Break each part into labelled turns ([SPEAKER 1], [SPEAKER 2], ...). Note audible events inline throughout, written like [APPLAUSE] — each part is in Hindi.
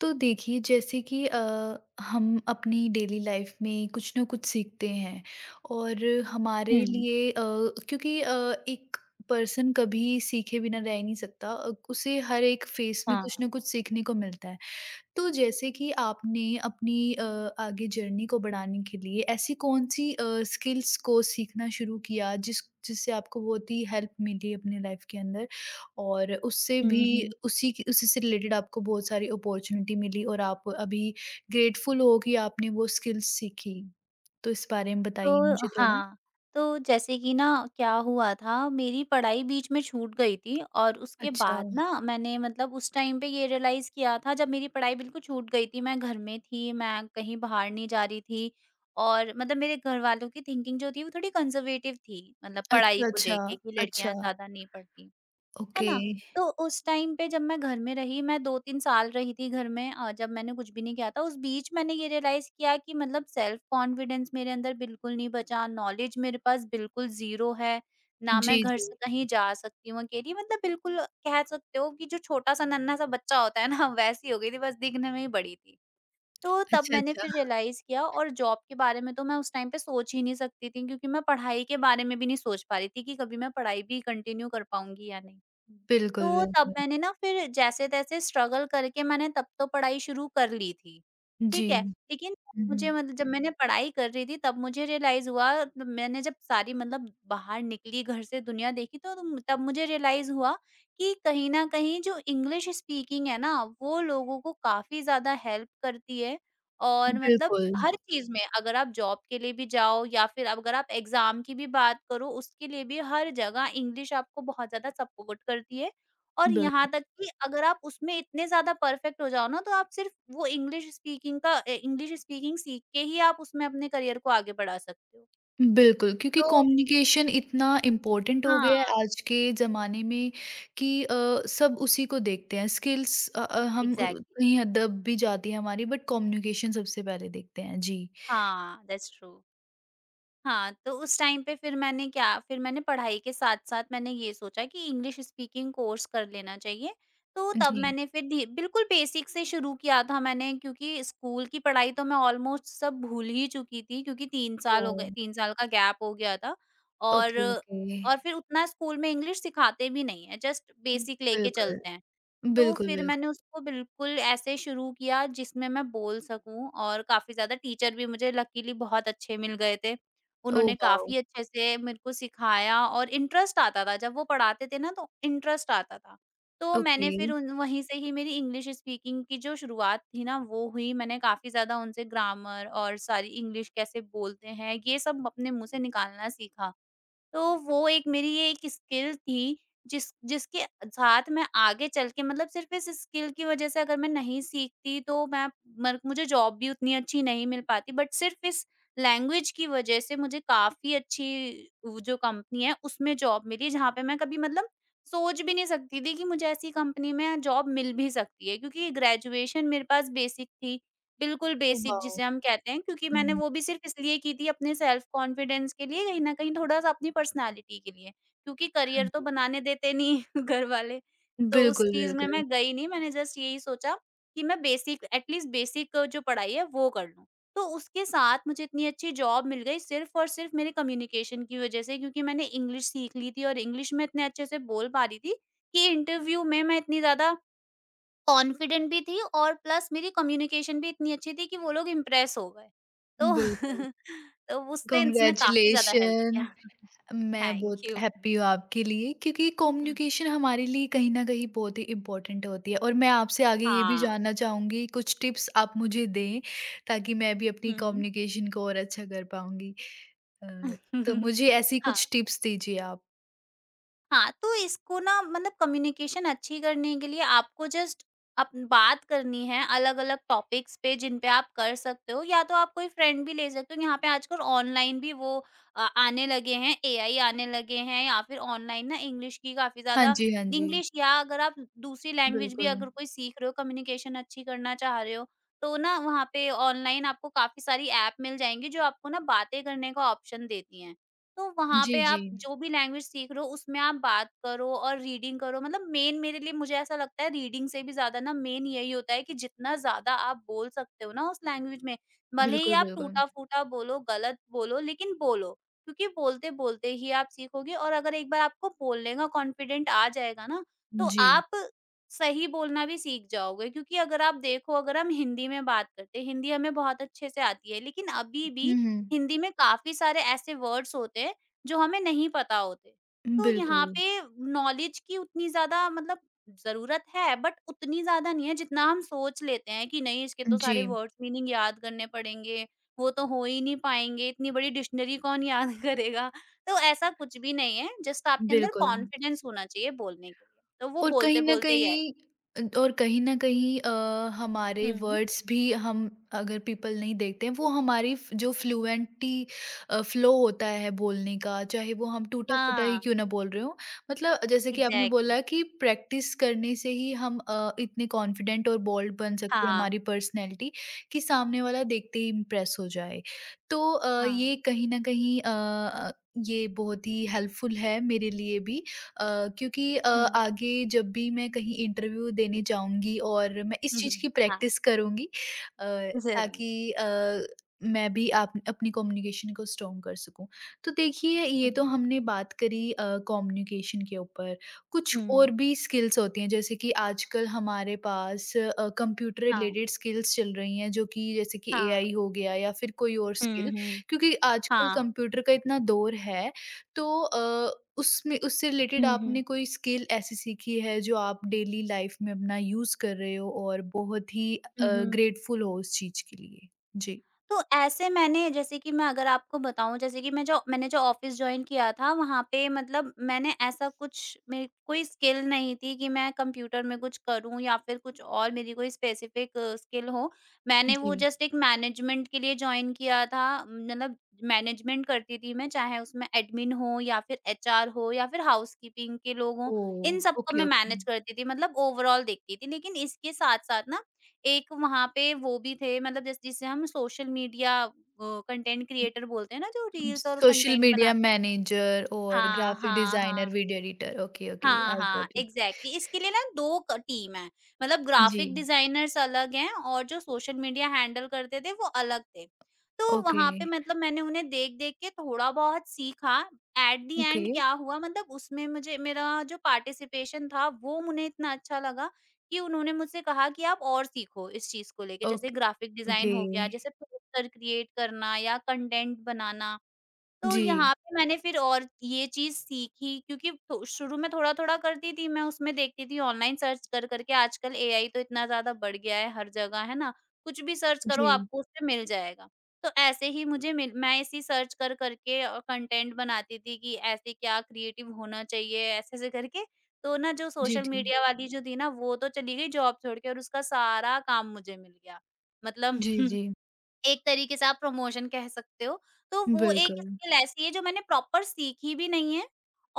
[SPEAKER 1] तो देखिए जैसे कि हम अपनी डेली लाइफ में कुछ ना कुछ सीखते हैं और हमारे
[SPEAKER 2] हुँ,
[SPEAKER 1] लिए क्योंकि एक पर्सन कभी सीखे बिना रह नहीं सकता, उसे हर एक फेस में कुछ
[SPEAKER 2] हाँ।
[SPEAKER 1] ना कुछ सीखने को मिलता है। तो जैसे कि आपने अपनी आगे जर्नी को बढ़ाने के लिए ऐसी कौन-सी स्किल्स को सीखना शुरू किया जिससे आपको बहुत ही हेल्प मिली अपनी लाइफ के अंदर और उससे भी
[SPEAKER 2] हुँ, हुँ।
[SPEAKER 1] उसी से रिलेटेड आपको बहुत सारी अपॉर्च्युनिटी मिली और आप अभी ग्रेटफुल हो कि आपने वो स्किल्स सीखी? तो इस बारे में बताइए
[SPEAKER 2] तो
[SPEAKER 1] मुझे थोड़ा।
[SPEAKER 2] हाँ, तो जैसे कि ना क्या हुआ था, मेरी पढ़ाई बीच में छूट गई थी और उसके
[SPEAKER 1] अच्छा।
[SPEAKER 2] बाद ना मैंने मतलब उस टाइम पे ये रियलाइज़ किया था जब मेरी पढ़ाई बिल्कुल छूट गई थी, मैं घर में थी, मैं कहीं बाहर नहीं जा रही थी और मतलब मेरे घरवालों की थिंकिंग जो थी वो थोड़ी कंज़र्वेटिव थी, मतलब
[SPEAKER 1] अच्छा,
[SPEAKER 2] पढ़ाई को लेके कि
[SPEAKER 1] अच्छा,
[SPEAKER 2] लड़कियाँ
[SPEAKER 1] अच्छा।
[SPEAKER 2] ज़्यादा नहीं पढ़ती। है
[SPEAKER 1] ओके।
[SPEAKER 2] ना? तो उस टाइम पे जब मैं घर में रही, मैं 2-3 साल रही थी घर में, जब मैंने कुछ भी नहीं किया था। उस बीच मैंने ये रियलाइज़ किया कि मतलब सेल्फ कॉन्फिडेंस मेरे अंदर बिल्कुल नहीं बचा, नॉलेज मेरे पास बिल्कुल ज़ीरो है, ना मैं
[SPEAKER 1] जी,
[SPEAKER 2] घर
[SPEAKER 1] जी।
[SPEAKER 2] से कहीं जा सकती हूँ अकेली। मतलब बिल्कुल कह सकते हो कि जो छोटा-सा नन्हा-सा बच्चा होता है ना, [LAUGHS] वैसी हो गई थी, बस दिखने में ही बड़ी थी। तो तब
[SPEAKER 1] अच्छा,
[SPEAKER 2] मैंने फिर
[SPEAKER 1] अच्छा।
[SPEAKER 2] रियलाइज़ किया और जॉब के बारे में तो मैं उस टाइम पे सोच ही नहीं सकती थी क्योंकि मैं पढ़ाई के बारे में भी नहीं सोच पा रही थी कि कभी मैं पढ़ाई भी कंटिन्यू कर पाऊँगी या नहीं।
[SPEAKER 1] बिल्कुल,
[SPEAKER 2] तो तब
[SPEAKER 1] बिल्कुल।
[SPEAKER 2] मैंने ना फिर जैसे-तैसे स्ट्रगल करके मैंने तब तो पढ़ाई शुरू कर ली थी,
[SPEAKER 1] जी।
[SPEAKER 2] ठीक है। लेकिन
[SPEAKER 1] हुँ,
[SPEAKER 2] मुझे
[SPEAKER 1] हुँ।
[SPEAKER 2] मतलब जब मैंने पढ़ाई कर रही थी तब मुझे रियलाइज़ हुआ, मैंने जब सारी मतलब बाहर निकली घर से दुनिया देखी तो तब मुझे रियलाइज़ हुआ कि कहीं न कहीं जो इंग्लिश स्पीकिंग है ना, वो लोगों को काफ़ी ज़्यादा हेल्प करती है और मतलब
[SPEAKER 1] बिल्कुल,
[SPEAKER 2] हर चीज़ में अगर आप जॉब के लिए भी जाओ या फिर अगर आप एग्ज़ाम की भी बात करो, उसके लिए भी हर जगह इंग्लिश आपको बहुत ज़्यादा सपोर्ट करती है। और यहाँ
[SPEAKER 1] बिल्कुल,
[SPEAKER 2] तक कि अगर आप उसमें इतने ज़्यादा परफेक्ट हो जाओ ना, तो आप सिर्फ़ वो इंग्लिश स्पीकिंग सीख के ही आप उसमें अपने करियर को आगे बढ़ा सकते हो।
[SPEAKER 1] बिल्कुल क्योंकि
[SPEAKER 2] तो
[SPEAKER 1] कम्युनिकेशन इतना इम्पोर्टेंट हो
[SPEAKER 2] हाँ,
[SPEAKER 1] गया है आज के ज़माने में कि सब उसी को देखते हैं। स्किल्स हम,
[SPEAKER 2] एग्ज़ैक्टली।
[SPEAKER 1] कहीं ह दब भी जाती है हमारी, बट कम्युनिकेशन सबसे पहले देखते हैं। जी,
[SPEAKER 2] हाँ, दैट्स ट्रू। हाँ, तो उस टाइम पे फिर मैंने क्या फिर मैंने पढ़ाई के साथ-साथ मैंने ये सोचा कि इंग्लिश स्पीकिंग कोर्स कर लेना चाहिए। तो तब
[SPEAKER 1] जी।
[SPEAKER 2] मैंने फिर धी बिल्कुल बेसिक से शुरू किया था मैंने, क्योंकि स्कूल की पढ़ाई तो मैं ऑलमोस्ट सब भूल ही चुकी थी क्योंकि 3 साल हो
[SPEAKER 1] ओह!
[SPEAKER 2] गए, 3 साल का गैप हो गया था और
[SPEAKER 1] ओके, ओके।
[SPEAKER 2] फिर उतना स्कूल में इंग्लिश सिखाते भी नहीं है, जस्ट बेसिक लेके
[SPEAKER 1] बिल्कुल,
[SPEAKER 2] चलते हैं। तो
[SPEAKER 1] बिल्कुल,
[SPEAKER 2] फिर
[SPEAKER 1] बिल्कुल।
[SPEAKER 2] मैंने उसको बिल्कुल ऐसे शुरू किया जिसमें मैं बोल सकूँ और काफ़ी ज़्यादा टीचर भी मुझे लकीली बहुत अच्छे मिल गए थे।
[SPEAKER 1] ओह
[SPEAKER 2] उन्होंने
[SPEAKER 1] वाओ!
[SPEAKER 2] काफ़ी अच्छे से मेरे को सिखाया और इंटरेस्ट आता था, जब वो पढ़ाते थे ना तो इंटरेस्ट आता था। तो मैंने
[SPEAKER 1] ओके,
[SPEAKER 2] फिर उन वहीं से ही मेरी इंग्लिश स्पीकिंग की जो शुरुआत थी ना वो हुई। मैंने काफ़ी ज़्यादा उनसे ग्रामर और सारी इंग्लिश कैसे बोलते हैं, ये सब अपने मुँह से निकालना सीखा। तो वो एक मेरी ये एक स्किल थी जिसके साथ मैं आगे चल के मतलब सिर्फ़ इस स्किल की वज़ह से, अगर मैं नहीं सीखती तो मैं मर मुझे जॉब भी उतनी अच्छी नहीं मिल पाती, बट सिर्फ़ इस लैंग्वेज की वज़ह से मुझे काफ़ी अच्छी वो जो कंपनी है उसमें जॉब मिली, जहाँ पे मैं कभी मतलब सोच भी नहीं सकती थी कि मुझे ऐसी कंपनी में जॉब मिल भी सकती है, क्योंकि ग्रेजुएशन मेरे पास बेसिक थी। बिल्कुल
[SPEAKER 1] ओह
[SPEAKER 2] बेसिक
[SPEAKER 1] वाओ!
[SPEAKER 2] जिसे हम कहते हैं, क्योंकि मैंने
[SPEAKER 1] हुँ,
[SPEAKER 2] वो भी सिर्फ़ इसलिए की थी अपने सेल्फ़ कॉन्फिडेंस के लिए, कहीं न कहीं थोड़ा-सा अपनी पर्सनैलिटी के लिए, क्योंकि
[SPEAKER 1] हाँ
[SPEAKER 2] करियर तो
[SPEAKER 1] जी।
[SPEAKER 2] बनाने देते नहीं [LAUGHS] घर वाले। तो उस
[SPEAKER 1] बिल्कुल,
[SPEAKER 2] चीज़ में
[SPEAKER 1] बिल्कुल,
[SPEAKER 2] मैं गई नहीं, मैंने जस्ट यही सोचा कि मैं बेसिक एटलीस्ट बेसिक जो पढ़ाई है वो कर लूँ। तो उसके साथ मुझे इतनी अच्छी जॉब मिल गई सिर्फ़ और सिर्फ़ मेरे कम्युनिकेशन की वज़ह से, क्योंकि मैंने इंग्लिश सीख ली थी और इंग्लिश में इतने अच्छे से बोल पा रही थी कि इंटरव्यू में मैं इतनी ज़्यादा कॉन्फिडेंट भी थी और प्लस मेरी कम्युनिकेशन भी इतनी अच्छी थी कि वो लोग इम्प्रेस हो गए। तो
[SPEAKER 1] बिल्कुल।
[SPEAKER 2] [LAUGHS] तो उससे इसने काफ़ी ज़्यादा हेल्प
[SPEAKER 1] कांग्रेचुलेशन।
[SPEAKER 2] किया। [LAUGHS]
[SPEAKER 1] मैं
[SPEAKER 2] थैंक
[SPEAKER 1] बहुत
[SPEAKER 2] यू।
[SPEAKER 1] हैप्पी हूँ आपके लिए क्योंकि
[SPEAKER 2] हुँ, हुँ।
[SPEAKER 1] कम्युनिकेशन हमारे लिए कहीं ना कहीं बहुत ही इम्पोर्टेंट होती है और मैं आपसे आगे ये भी
[SPEAKER 2] हाँ।
[SPEAKER 1] जानना चाहूँगी, कुछ टिप्स आप मुझे दें ताकि मैं भी अपनी
[SPEAKER 2] हुँ, हुँ।
[SPEAKER 1] कम्युनिकेशन को और अच्छा कर पाऊँगी। अ, तो
[SPEAKER 2] [LAUGHS]
[SPEAKER 1] मुझे ऐसी
[SPEAKER 2] हाँ।
[SPEAKER 1] कुछ टिप्स दीजिए आप।
[SPEAKER 2] हाँ, तो इसको ना मतलब कम्युनिकेशन अच्छी करने के लिए आपको जस्ट अप बात करनी है अलग-अलग टॉपिक्स पे, जिन पे आप कर सकते हो या तो आप कोई फ्रेंड भी ले सकते हो। यहाँ पे आजकल ऑनलाइन भी वो आने लगे हैं, एआई आने लगे हैं या फिर ऑनलाइन ना इंग्लिश की काफ़ी
[SPEAKER 1] हाँ
[SPEAKER 2] ज़्यादा
[SPEAKER 1] जी, हाँ जी।
[SPEAKER 2] इंग्लिश या अगर आप दूसरी लैंग्वेज भी
[SPEAKER 1] बिल्कुल।
[SPEAKER 2] अगर कोई सीख रहे हो, कम्युनिकेशन अच्छी करना चाह रहे हो, तो ना वहाँ पे ऑनलाइन आपको काफ़ी सारी ऐप मिल जाएँगी जो आपको ना बातें करने का ऑप्शन देती हैं। तो वहाँ
[SPEAKER 1] जी,
[SPEAKER 2] पे
[SPEAKER 1] जी।
[SPEAKER 2] आप जो भी लैंग्वेज सीख रहे हो उसमें आप बात करो और रीडिंग करो, मतलब मेन मेरे लिए, मुझे ऐसा लगता है रीडिंग से भी ज़्यादा ना मेन यही होता है कि जितना ज़्यादा आप बोल सकते हो ना उस लैंग्वेज में, भले ही
[SPEAKER 1] बिल्कुल,
[SPEAKER 2] आप
[SPEAKER 1] बिल्कुल।
[SPEAKER 2] टूटा-फूटा बोलो, गलत बोलो लेकिन बोलो। क्योंकि बोलते-बोलते ही आप सीखोगे और अगर एक बार आपको बोलने का कॉन्फिडेंट आ जाएगा ना, तो
[SPEAKER 1] जी।
[SPEAKER 2] आप सही बोलना भी सीख जाओगे, क्योंकि अगर आप देखो अगर हम हिंदी में बात करते हैं, हिंदी हमें बहुत अच्छे से आती है लेकिन अभी भी
[SPEAKER 1] हम्म।
[SPEAKER 2] हिंदी में काफ़ी सारे ऐसे वर्ड्स होते हैं, जो हमें नहीं पता होते। तो यहाँ
[SPEAKER 1] बिल्कुल।
[SPEAKER 2] पे नॉलेज की उतनी ज़्यादा मतलब ज़रूरत है, बट उतनी ज़्यादा नहीं है जितना हम सोच लेते हैं कि नहीं, इसके तो सारे
[SPEAKER 1] जी।
[SPEAKER 2] वर्ड्स मीनिंग याद करने पड़ेंगे, वो तो हो ही नहीं पाएँगे, इतनी बड़ी डिक्शनरी कौन याद [LAUGHS] करेगा। तो ऐसा कुछ भी नहीं है, जस्ट आपके अंदर
[SPEAKER 1] बिल्कुल।
[SPEAKER 2] कॉन्फिडेंस होना चाहिए बोलने के लिए, तो वो
[SPEAKER 1] और कहीं न
[SPEAKER 2] बोलते-बोलते ही आएगा।
[SPEAKER 1] कहीं अ, और कहीं न कहीं अ, हमारे
[SPEAKER 2] हुँ।
[SPEAKER 1] वर्ड्स भी, हम अगर पीपल नहीं देखते हैं, वो हमारी फ जो फ्लुएंटी, फ्लो होता है बोलने का, चाहे वो हम टूटा-फूटा ही
[SPEAKER 2] हाँ,
[SPEAKER 1] क्यों ना बोल रहे हों। मतलब जैसे कि आपने
[SPEAKER 2] एग्ज़ैक्टली।
[SPEAKER 1] बोला कि प्रैक्टिस करने से ही हम इतने कॉन्फिडेंट और बोल्ड बन सकते हैं,
[SPEAKER 2] हाँ,
[SPEAKER 1] हमारी पर्सनैलिटी कि सामने वाला देखते ही इम्प्रेस हो जाए। तो अ,
[SPEAKER 2] हाँ।
[SPEAKER 1] ये कहीं न कहीं अ अ, ये बहुत ही हेल्पफुल है मेरे लिए भी, क्योंकि
[SPEAKER 2] हुँ।
[SPEAKER 1] आगे जब भी मैं कहीं इंटरव्यू देने जाऊँगी और मैं इस चीज़ की
[SPEAKER 2] [LAUGHS] हाँ,
[SPEAKER 1] प्रैक्टिस करूँगी, अ,
[SPEAKER 2] ज़रूर।
[SPEAKER 1] ताकि मैं भी आप अपनी कम्युनिकेशन को स्ट्रॉन्ग कर सकूँ। तो देखिए,
[SPEAKER 2] हुँ।
[SPEAKER 1] ये तो हमने बात करी कम्युनिकेशन के ऊपर, कुछ
[SPEAKER 2] हुँ।
[SPEAKER 1] और भी स्किल्स होती हैं जैसे कि आजकल हमारे पास कंप्यूटर
[SPEAKER 2] हाँ,
[SPEAKER 1] रिलेटेड स्किल्स चल रही हैं जो कि जैसे कि
[SPEAKER 2] हाँ।
[SPEAKER 1] एआई हो गया या फिर कोई और
[SPEAKER 2] हुँ,
[SPEAKER 1] स्किल,
[SPEAKER 2] हुँ।
[SPEAKER 1] क्योंकि आजकल
[SPEAKER 2] हाँ।
[SPEAKER 1] कंप्यूटर का इतना दौर है। तो अ, उसमें उससे रिलेटेड
[SPEAKER 2] हुँ, हुँ।
[SPEAKER 1] आपने कोई स्किल ऐसी सीखी है जो आप डेली लाइफ में अपना यूज़ कर रहे हो और बहुत ही
[SPEAKER 2] हुँ, हुँ।
[SPEAKER 1] ग्रेटफुल हो उस चीज़ के लिए? जी।
[SPEAKER 2] तो ऐसे मैंने, जैसे कि मैं अगर आपको बताऊँ, जैसे कि मैं जो मैंने जो ऑफ़िस जॉइन किया था वहाँ पे मतलब मैंने ऐसा कुछ, मेरी कोई स्किल नहीं थी कि मैं कंप्यूटर में कुछ करूँ या फिर कुछ और मेरी कोई स्पेसिफ़िक स्किल हो। मैंने
[SPEAKER 1] जी।
[SPEAKER 2] वो जस्ट एक मैनेजमेंट के लिए जॉइन किया था, मतलब मैनेजमेंट करती थी मैं, चाहे उसमें एडमिन हो या फिर एचआर हो या फिर हाउसकीपिंग के लोग हों,
[SPEAKER 1] ओह!
[SPEAKER 2] इन सबको
[SPEAKER 1] ओके,
[SPEAKER 2] मैं
[SPEAKER 1] ओके।
[SPEAKER 2] मैनेज करती थी, मतलब ओवरऑल देखती थी। लेकिन इसके साथ-साथ ना एक वहाँ पे वो भी थे, मतलब जैसे जिसे हम सोशल मीडिया कंटेंट क्रिएटर
[SPEAKER 1] [LAUGHS]
[SPEAKER 2] बोलते हैं ना, जो रील्स और
[SPEAKER 1] सोशल
[SPEAKER 2] कंटेंट
[SPEAKER 1] मीडिया
[SPEAKER 2] बनाते हैं।
[SPEAKER 1] मैनेजर और
[SPEAKER 2] हाँ,
[SPEAKER 1] ग्राफिक
[SPEAKER 2] हाँ, हाँ।
[SPEAKER 1] Designer, video editor. Okay, okay,
[SPEAKER 2] हाँ,
[SPEAKER 1] आई
[SPEAKER 2] हाँ,
[SPEAKER 1] गॉट इट।
[SPEAKER 2] एग्ज़ैक्टली, इसके लिए ना 2 क टीम है, मतलब
[SPEAKER 1] जी।
[SPEAKER 2] ग्राफ़िक डिज़ाइनर्स अलग हैं और जो सोशल मीडिया हैंडल करते थे वो अलग थे। तो
[SPEAKER 1] ओके,
[SPEAKER 2] वहाँ पे मतलब मैंने उन्हें देख-देख के थोड़ा-बहुत सीखा, एट द
[SPEAKER 1] ओके,
[SPEAKER 2] एंड क्या हुआ मतलब उसमें मुझे, मेरा जो पार्टिसिपेशन था वो उन्हें इतना अच्छा लगा कि उन्होंने मुझसे कहा कि आप और सीखो इस चीज़ को लेके,
[SPEAKER 1] ओक
[SPEAKER 2] जैसे ग्राफ़िक डिज़ाइन
[SPEAKER 1] ओके।
[SPEAKER 2] हो गया, जैसे पोस्टर क्रिएट करना या कंटेंट बनाना। तो
[SPEAKER 1] जी,
[SPEAKER 2] यहाँ पे मैंने फिर और ये चीज़ सीखी, क्योंकि थो शुरू में थोड़ा-थोड़ा करती थी मैं, उसमें देखती थी ऑनलाइन सर्च कर कर के, आजकल एआई तो इतना ज़्यादा बढ़ गया है हर जगह, है ना? कुछ भी सर्च करो
[SPEAKER 1] जी,
[SPEAKER 2] आपको उसमें मिल जाएगा। तो ऐसे ही मुझे मिल मैं ऐसी सर्च कर कर के कंटेंट बनाती थी कि ऐसे क्या क्रिएटिव होना चाहिए ऐसे-ऐसे करके। तो ना जो
[SPEAKER 1] जी,
[SPEAKER 2] सोशल
[SPEAKER 1] जी।
[SPEAKER 2] मीडिया वाली जो थी ना वो तो चली गई जॉब छोड़ के, और उसका सारा काम मुझे मिल गया। मतलब
[SPEAKER 1] जी, जी।
[SPEAKER 2] [LAUGHS] एक तरीके से आप प्रमोशन कह सकते हो। तो वो एक
[SPEAKER 1] बिल्कुल।
[SPEAKER 2] स्किल ऐसी है जो मैंने प्रॉपर सीखी भी नहीं है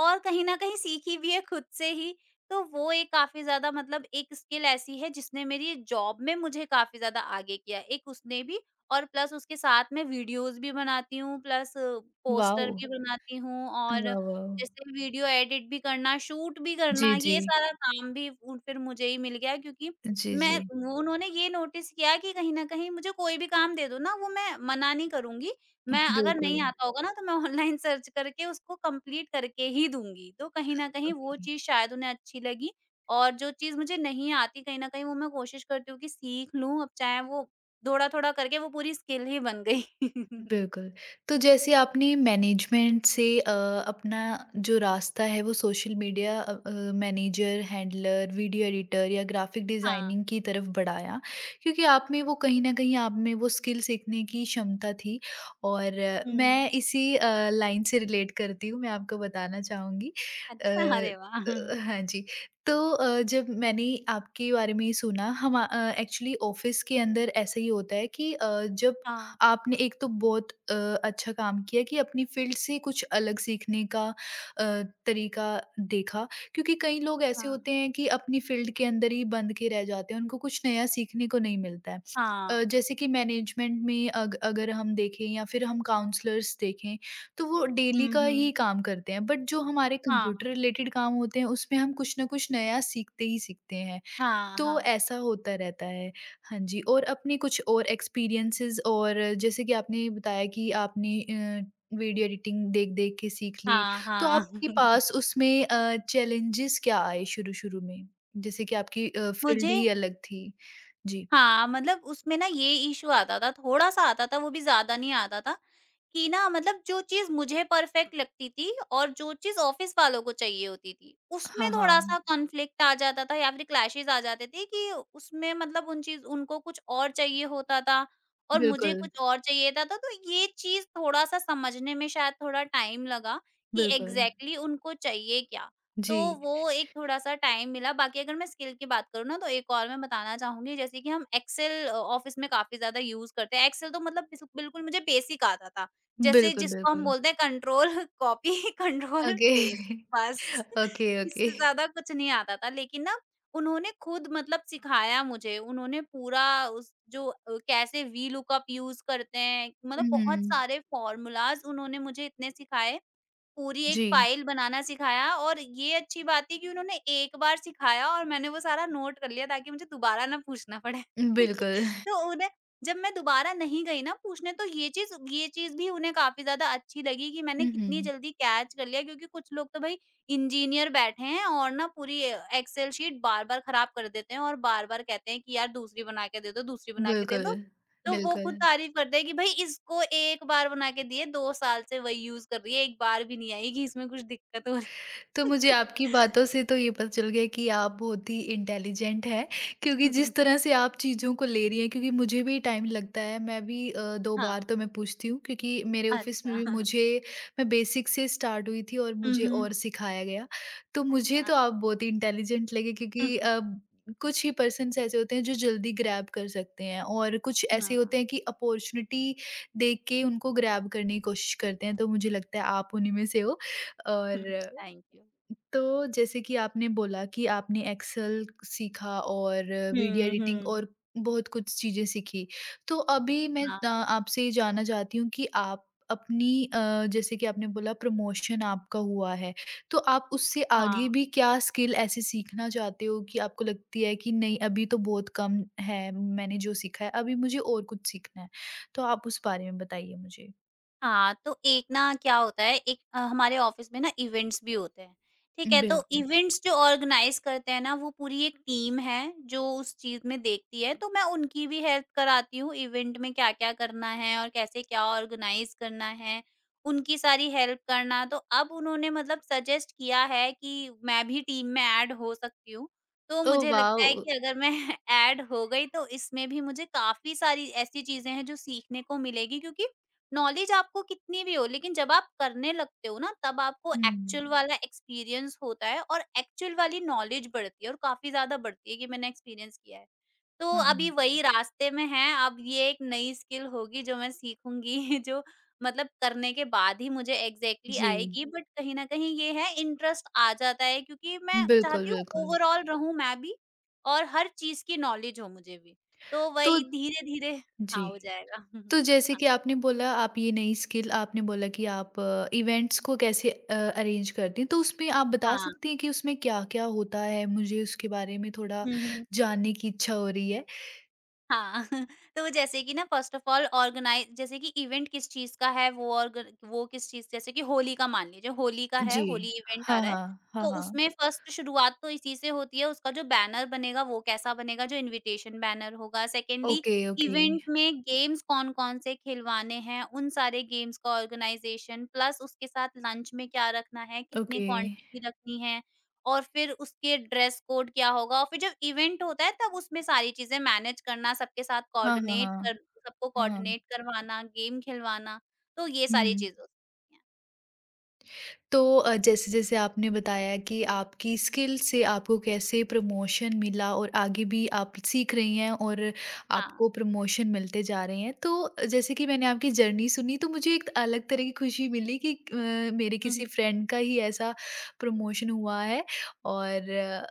[SPEAKER 2] और कहीं न कहीं सीखी भी है खुद से ही। तो वो एक काफ़ी ज़्यादा, मतलब एक स्किल ऐसी है जिसने मेरी जॉब में मुझे काफ़ी ज़्यादा आगे किया। एक उसने भी, और प्लस उसके साथ मैं वीडियोज़ भी बनाती हूँ, प्लस पोस्टर
[SPEAKER 1] वॉव!
[SPEAKER 2] भी बनाती हूँ और
[SPEAKER 1] वाह, वाह!
[SPEAKER 2] जैसे वीडियो एडिट भी करना, शूट भी करना,
[SPEAKER 1] जी, जी।
[SPEAKER 2] ये सारा काम भी उ फिर मुझे ही मिल गया, क्योंकि
[SPEAKER 1] जी,
[SPEAKER 2] मैं
[SPEAKER 1] जी।
[SPEAKER 2] वो उन्होंने ये नोटिस किया कि कहीं न कहीं मुझे कोई भी काम दे दो ना, वो मैं मना नहीं करूँगी। मैं अगर
[SPEAKER 1] बिल्कुल।
[SPEAKER 2] नहीं आता होगा ना, तो मैं ऑनलाइन सर्च करके उसको कंप्लीट करके ही दूँगी। तो कहीं न कहीं वो चीज़ शायद उन्हें अच्छी लगी, और जो चीज़ मुझे नहीं आती कहीं न कहीं वो मैं कोशिश करती हूँ कि सीख लूँ, अब चाहे वो थोड़ा-थोड़ा करके वो पूरी स्किल ही बन गई। [LAUGHS]
[SPEAKER 1] बिल्कुल। तो जैसे आपने मैनेजमेंट से अपना जो रास्ता है वो social media manager, handler, video editor या ग्राफिक
[SPEAKER 2] हाँ।
[SPEAKER 1] डिज़ाइनिंग की तरफ बढ़ाया क्योंकि आप में वो कहीं न कहीं आप में वो स्किल सीखने की क्षमता थी और,
[SPEAKER 2] हुँ।
[SPEAKER 1] मैं इसी लाइन से रिलेट करती हूँ, मैं आपको बताना चाहूँगी।
[SPEAKER 2] अच्छा,
[SPEAKER 1] अ,
[SPEAKER 2] अरे वाह!
[SPEAKER 1] त हाँ जी। तो जब मैंने आपके बारे में सुना, एक्चुअली ऑफ़िस के अंदर ऐसा ही होता है कि जब
[SPEAKER 2] हाँ,
[SPEAKER 1] आपने एक तो बहुत अच्छा काम किया कि अपनी फ़ील्ड से कुछ अलग सीखने का तरीका देखा, क्योंकि कई लोग ऐसे
[SPEAKER 2] हाँ,
[SPEAKER 1] होते हैं कि अपनी फ़ील्ड के अंदर ही बंद के रह जाते हैं, उनको कुछ नया सीखने को नहीं मिलता है।
[SPEAKER 2] हाँ।
[SPEAKER 1] जैसे कि मैनेजमेंट में अग अगर हम देखें या फिर हम काउंसलर्स देखें, तो वो डेली
[SPEAKER 2] हुँ,
[SPEAKER 1] का ही
[SPEAKER 2] हुँ।
[SPEAKER 1] काम करते हैं, बट जो हमारे कंप्यूटर
[SPEAKER 2] हाँ,
[SPEAKER 1] रिलेटेड काम होते हैं उसमें हम कुछ न कुछ नया सीखते ही सीखते हैं।
[SPEAKER 2] हाँ,
[SPEAKER 1] तो
[SPEAKER 2] हाँ।
[SPEAKER 1] ऐसा होता रहता है। हाँ जी, और अपने कुछ और एक्सपीरियंसेस, और जैसे कि आपने बताया कि आपने वीडियो एडिटिंग देख-देख के सीख ली,
[SPEAKER 2] हाँ,
[SPEAKER 1] तो
[SPEAKER 2] हाँ।
[SPEAKER 1] आपके
[SPEAKER 2] [LAUGHS]
[SPEAKER 1] पास उसमें चैलेंजेस क्या आए शुरू-शुरू में? जैसे कि आपकी फील्ड
[SPEAKER 2] मुझे
[SPEAKER 1] ही अलग थी। जी।
[SPEAKER 2] हाँ, मतलब उसमें ना ये इश्यू आता था, थोड़ा-सा आता था, वो भी ज़्यादा नहीं आता था। कि ना मतलब जो चीज़ मुझे परफेक्ट लगती थी और जो चीज़ ऑफ़िस वालों को चाहिए होती थी, उसमें
[SPEAKER 1] हाँ, हाँ।
[SPEAKER 2] थोड़ा-सा कॉन्फ्लिक्ट आ जाता था या फिर क्लैशेज़ आ जाते थे कि उसमें मतलब उन चीज़ उनको कुछ और चाहिए होता था और मुझे
[SPEAKER 1] बिल्कुल,
[SPEAKER 2] कुछ और चाहिए होता था। तो ये चीज़ थोड़ा-सा समझने में शायद थोड़ा टाइम लगा कि
[SPEAKER 1] बिल्कुल।
[SPEAKER 2] एग्ज़ैक्टली उनको चाहिए क्या? तो
[SPEAKER 1] जी।
[SPEAKER 2] वो एक थोड़ा-सा टाइम मिला। बाकी अगर मैं स्किल की बात करूँ ना तो एक और मैं बताना चाहूँगी, जैसे कि हम एक्सेल ऑफ़िस में काफ़ी ज़्यादा यूज़ करते हैं। एक्सेल तो मतलब बिस बिल्कुल मुझे बेसिक आता था। जैसे
[SPEAKER 1] बिल्कुल,
[SPEAKER 2] जिसको हम
[SPEAKER 1] बिल्कुल।
[SPEAKER 2] बोलते हैं control [LAUGHS] copy control
[SPEAKER 1] okay.
[SPEAKER 2] Paste, बस
[SPEAKER 1] [LAUGHS] ओके, ओके।
[SPEAKER 2] इससे ज़्यादा कुछ नहीं आता था, लेकिन ना उन्होंने खुद मतलब सिखाया मुझे, उन्होंने पूरा उस जो कैसे वी लुकअप यूज़ करते हैं, मतलब
[SPEAKER 1] हुँ,
[SPEAKER 2] बहुत
[SPEAKER 1] हुँ।
[SPEAKER 2] सारे फ़ॉर्मूलाज़ उन्होंने मुझे इतने सिखाए, पूरी एक
[SPEAKER 1] जी।
[SPEAKER 2] फ़ाइल बनाना सिखाया। और ये अच्छी बात थी कि उन्होंने एक बार सिखाया और मैंने वो सारा नोट कर लिया ताकि मुझे दोबारा ना पूछना पड़े।
[SPEAKER 1] बिल्कुल।
[SPEAKER 2] [LAUGHS] तो उन्हें जब मैं दोबारा नहीं गई ना पूछने, तो ये चीज़ भी उन्हें काफ़ी ज़्यादा अच्छी लगी कि मैंने
[SPEAKER 1] हुँ,
[SPEAKER 2] कितनी
[SPEAKER 1] हुँ।
[SPEAKER 2] जल्दी कैच कर लिया, क्योंकि कुछ लोग तो भई इंजीनियर बैठे हैं और ना पूरी एक्सेल शीट बार-बार खराब कर देते हैं और बार-बार कहते हैं कि यार दूसरी बना के दे दो, दूसरी बना के दे
[SPEAKER 1] बिल्कुल,
[SPEAKER 2] दो। तो वो खुद
[SPEAKER 1] बिल्कुल।
[SPEAKER 2] तारीफ करते हैं कि भाई इसको एक बार बना के दिए 2 साल से वही यूज़ कर रही है, एक बार भी नहीं आई कि इसमें कुछ दिक्कत हो रही
[SPEAKER 1] तो मुझे आपकी बातों से तो ये पता चल गया कि आप बहुत ही इंटेलिजेंट हैं, क्योंकि
[SPEAKER 2] है।
[SPEAKER 1] जिस
[SPEAKER 2] [LAUGHS]
[SPEAKER 1] तरह से आप चीज़ों को ले रही हैं, क्योंकि मुझे भी टाइम लगता है, मैं भी दो बार
[SPEAKER 2] हाँ,
[SPEAKER 1] तो मैं पूछती हूँ क्योंकि मेरे ऑफिस में भी
[SPEAKER 2] अच्छा।
[SPEAKER 1] मुझे, मैं बेसिक से स्टार्ट हुई थी और
[SPEAKER 2] हुँ,
[SPEAKER 1] मुझे
[SPEAKER 2] हुँ।
[SPEAKER 1] और सिखाया गया। तो मुझे
[SPEAKER 2] अच्छा।
[SPEAKER 1] तो आप बहुत ही इंटेलिजेंट लगे क्योंकि
[SPEAKER 2] [LAUGHS]
[SPEAKER 1] कुछ ही पर्सन्स ऐसे होते हैं जो जल्दी ग्रैब कर सकते हैं और कुछ ऐसे
[SPEAKER 2] हाँ।
[SPEAKER 1] होते हैं कि अपॉर्चुनिटी देख के उनको ग्रैब करने की कोशिश करते हैं, तो मुझे लगता है आप उन्हीं में से हो। और
[SPEAKER 2] थैंक यू।
[SPEAKER 1] तो जैसे कि आपने बोला कि आपने एक्सेल सीखा और वीडियो
[SPEAKER 2] हुँ,
[SPEAKER 1] एडिटिंग
[SPEAKER 2] हुँ।
[SPEAKER 1] और बहुत कुछ चीज़ें सीखी। तो अभी मैं
[SPEAKER 2] हाँ,
[SPEAKER 1] आपसे ये जानना चाहती हूँ कि आप अपनी, जैसे कि आपने बोला प्रमोशन आपका हुआ है, तो आप उससे आगे
[SPEAKER 2] हाँ।
[SPEAKER 1] भी क्या स्किल ऐसे सीखना चाहते हो कि आपको लगती है कि नहीं अभी तो बहुत कम है, मैंने जो सीखा है, अभी मुझे और कुछ सीखना है? तो आप उस बारे में बताइए मुझे।
[SPEAKER 2] हाँ, तो एक ना क्या होता है, एक हमारे ऑफिस में ना इवेंट्स भी होते हैं, ठीक है? तो
[SPEAKER 1] बिल्कुल।
[SPEAKER 2] इवेंट्स जो ऑर्गेनाइज़ करते हैं ना, वो पूरी एक टीम है जो उस चीज़ में देखती है, तो मैं उनकी भी हेल्प कराती हूँ, इवेंट में क्या-क्या करना है और कैसे क्या ऑर्गेनाइज़ करना है, उनकी सारी हेल्प करना। तो अब उन्होंने मतलब सजेस्ट किया है कि मैं भी टीम में ऐड हो सकती हूँ, तो
[SPEAKER 1] ओह
[SPEAKER 2] मुझे लगता
[SPEAKER 1] वाओ!
[SPEAKER 2] है कि अगर मैं [LAUGHS] ऐड हो गई तो इसमें भी मुझे काफ़ी सारी ऐसी चीज़ें हैं जो सीखने को मिलेगी, क्योंकि नॉलेज आपको कितनी भी हो, लेकिन जब आप करने लगते हो ना, तब आपको
[SPEAKER 1] हुँ, हुँ।
[SPEAKER 2] एक्चुअल वाला एक्सपीरियंस होता है और एक्चुअल वाली नॉलेज बढ़ती है और काफी ज्यादा बढ़ती है कि मैंने एक्सपीरियंस किया है। तो
[SPEAKER 1] हाँ,
[SPEAKER 2] अभी
[SPEAKER 1] हाँ।
[SPEAKER 2] वही रास्ते में है, अब ये एक नई स्किल होगी जो मैं सीखूंगी, [LAUGHS] जो मतलब करने के बाद ही मुझे एग्जैक्टली
[SPEAKER 1] जी।
[SPEAKER 2] आएगी, बट कहीं ना कहीं ये है, इंटरेस्ट आ जाता है, क्योंकि मैं
[SPEAKER 1] बिल्कुल,
[SPEAKER 2] चाहती हूँ
[SPEAKER 1] बिल्कुल।
[SPEAKER 2] ओवरऑल रहूं मैं भी और हर चीज की नॉलेज हो मुझे भी। तो
[SPEAKER 1] तो
[SPEAKER 2] वही धीरे धीरे हाँ
[SPEAKER 1] जी,
[SPEAKER 2] हो जाएगा। [LAUGHS]
[SPEAKER 1] तो जैसे कि आपने बोला आप ये नई स्किल, आपने बोला कि आप इवेंट्स को कैसे अरेंज करती हैं, तो उसमें आप बता
[SPEAKER 2] हाँ।
[SPEAKER 1] सकती हैं कि उसमें क्या-क्या होता है? मुझे उसके बारे में थोड़ा
[SPEAKER 2] हुँ, हुँ।
[SPEAKER 1] जानने की इच्छा हो रही है।
[SPEAKER 2] हाँ, [LAUGHS] तो जैसे कि ना फर्स्ट ऑफ ऑल ऑर्गनाइज़, जैसे कि इवेंट किस चीज़ का है, वो किस चीज़, जैसे कि होली का मान लीजिए, होली का है,
[SPEAKER 1] जी।
[SPEAKER 2] होली इवेंट आ
[SPEAKER 1] हाँ,
[SPEAKER 2] रहा है,
[SPEAKER 1] हाँ। हाँ,
[SPEAKER 2] तो
[SPEAKER 1] हाँ।
[SPEAKER 2] उसमें फर्स्ट शुरुआत तो इसी से होती है, उसका जो बैनर बनेगा वो कैसा बनेगा, जो इन्विटेशन बैनर होगा। Secondly,
[SPEAKER 1] okay, okay.
[SPEAKER 2] इवेंट में गेम्स कौन-कौन से खिलवाने हैं, उन सारे गेम्स का ऑर्गनाइज़ेशन, प्लस उसके साथ लंच में क्या रखना है, कितनी
[SPEAKER 1] ओके।
[SPEAKER 2] क्वांटिटी रखनी है। और फिर उसके ड्रेस कोड क्या होगा, और फिर जब इवेंट होता है तब उसमें सारी चीज़ें मैनेज करना, सबके साथ
[SPEAKER 1] हाँ, हाँ,
[SPEAKER 2] कोऑर्डिनेट
[SPEAKER 1] हाँ।
[SPEAKER 2] कर सबको
[SPEAKER 1] हाँ, हाँ।
[SPEAKER 2] कोऑर्डिनेट करवाना, गेम खिलवाना, तो ये सारी
[SPEAKER 1] हुँ।
[SPEAKER 2] चीज़ें होती हैं।
[SPEAKER 1] तो जैसे-जैसे आपने बताया कि आपकी स्किल से आपको कैसे प्रमोशन मिला और आगे भी आप सीख रही हैं और
[SPEAKER 2] हाँ।
[SPEAKER 1] आपको प्रमोशन मिलते जा रहे हैं। तो जैसे कि मैंने आपकी जर्नी सुनी तो मुझे एक अलग तरह की खुशी मिली कि मेरे
[SPEAKER 2] हुँ,
[SPEAKER 1] किसी
[SPEAKER 2] हुँ।
[SPEAKER 1] फ्रेंड का ही ऐसा प्रमोशन हुआ है और,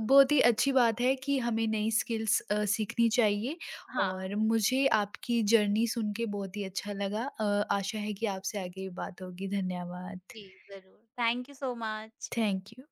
[SPEAKER 1] बहुत ही अच्छी बात है कि हमें नई स्किल्स सीखनी चाहिए
[SPEAKER 2] हाँ,
[SPEAKER 1] और मुझे आपकी जर्नी सुन के बहुत ही अच्छा लगा। आशा है कि आपसे आगे बात होगी। धन्यवाद।
[SPEAKER 2] जी, ज़रूर। Thank you so much.
[SPEAKER 1] Thank you.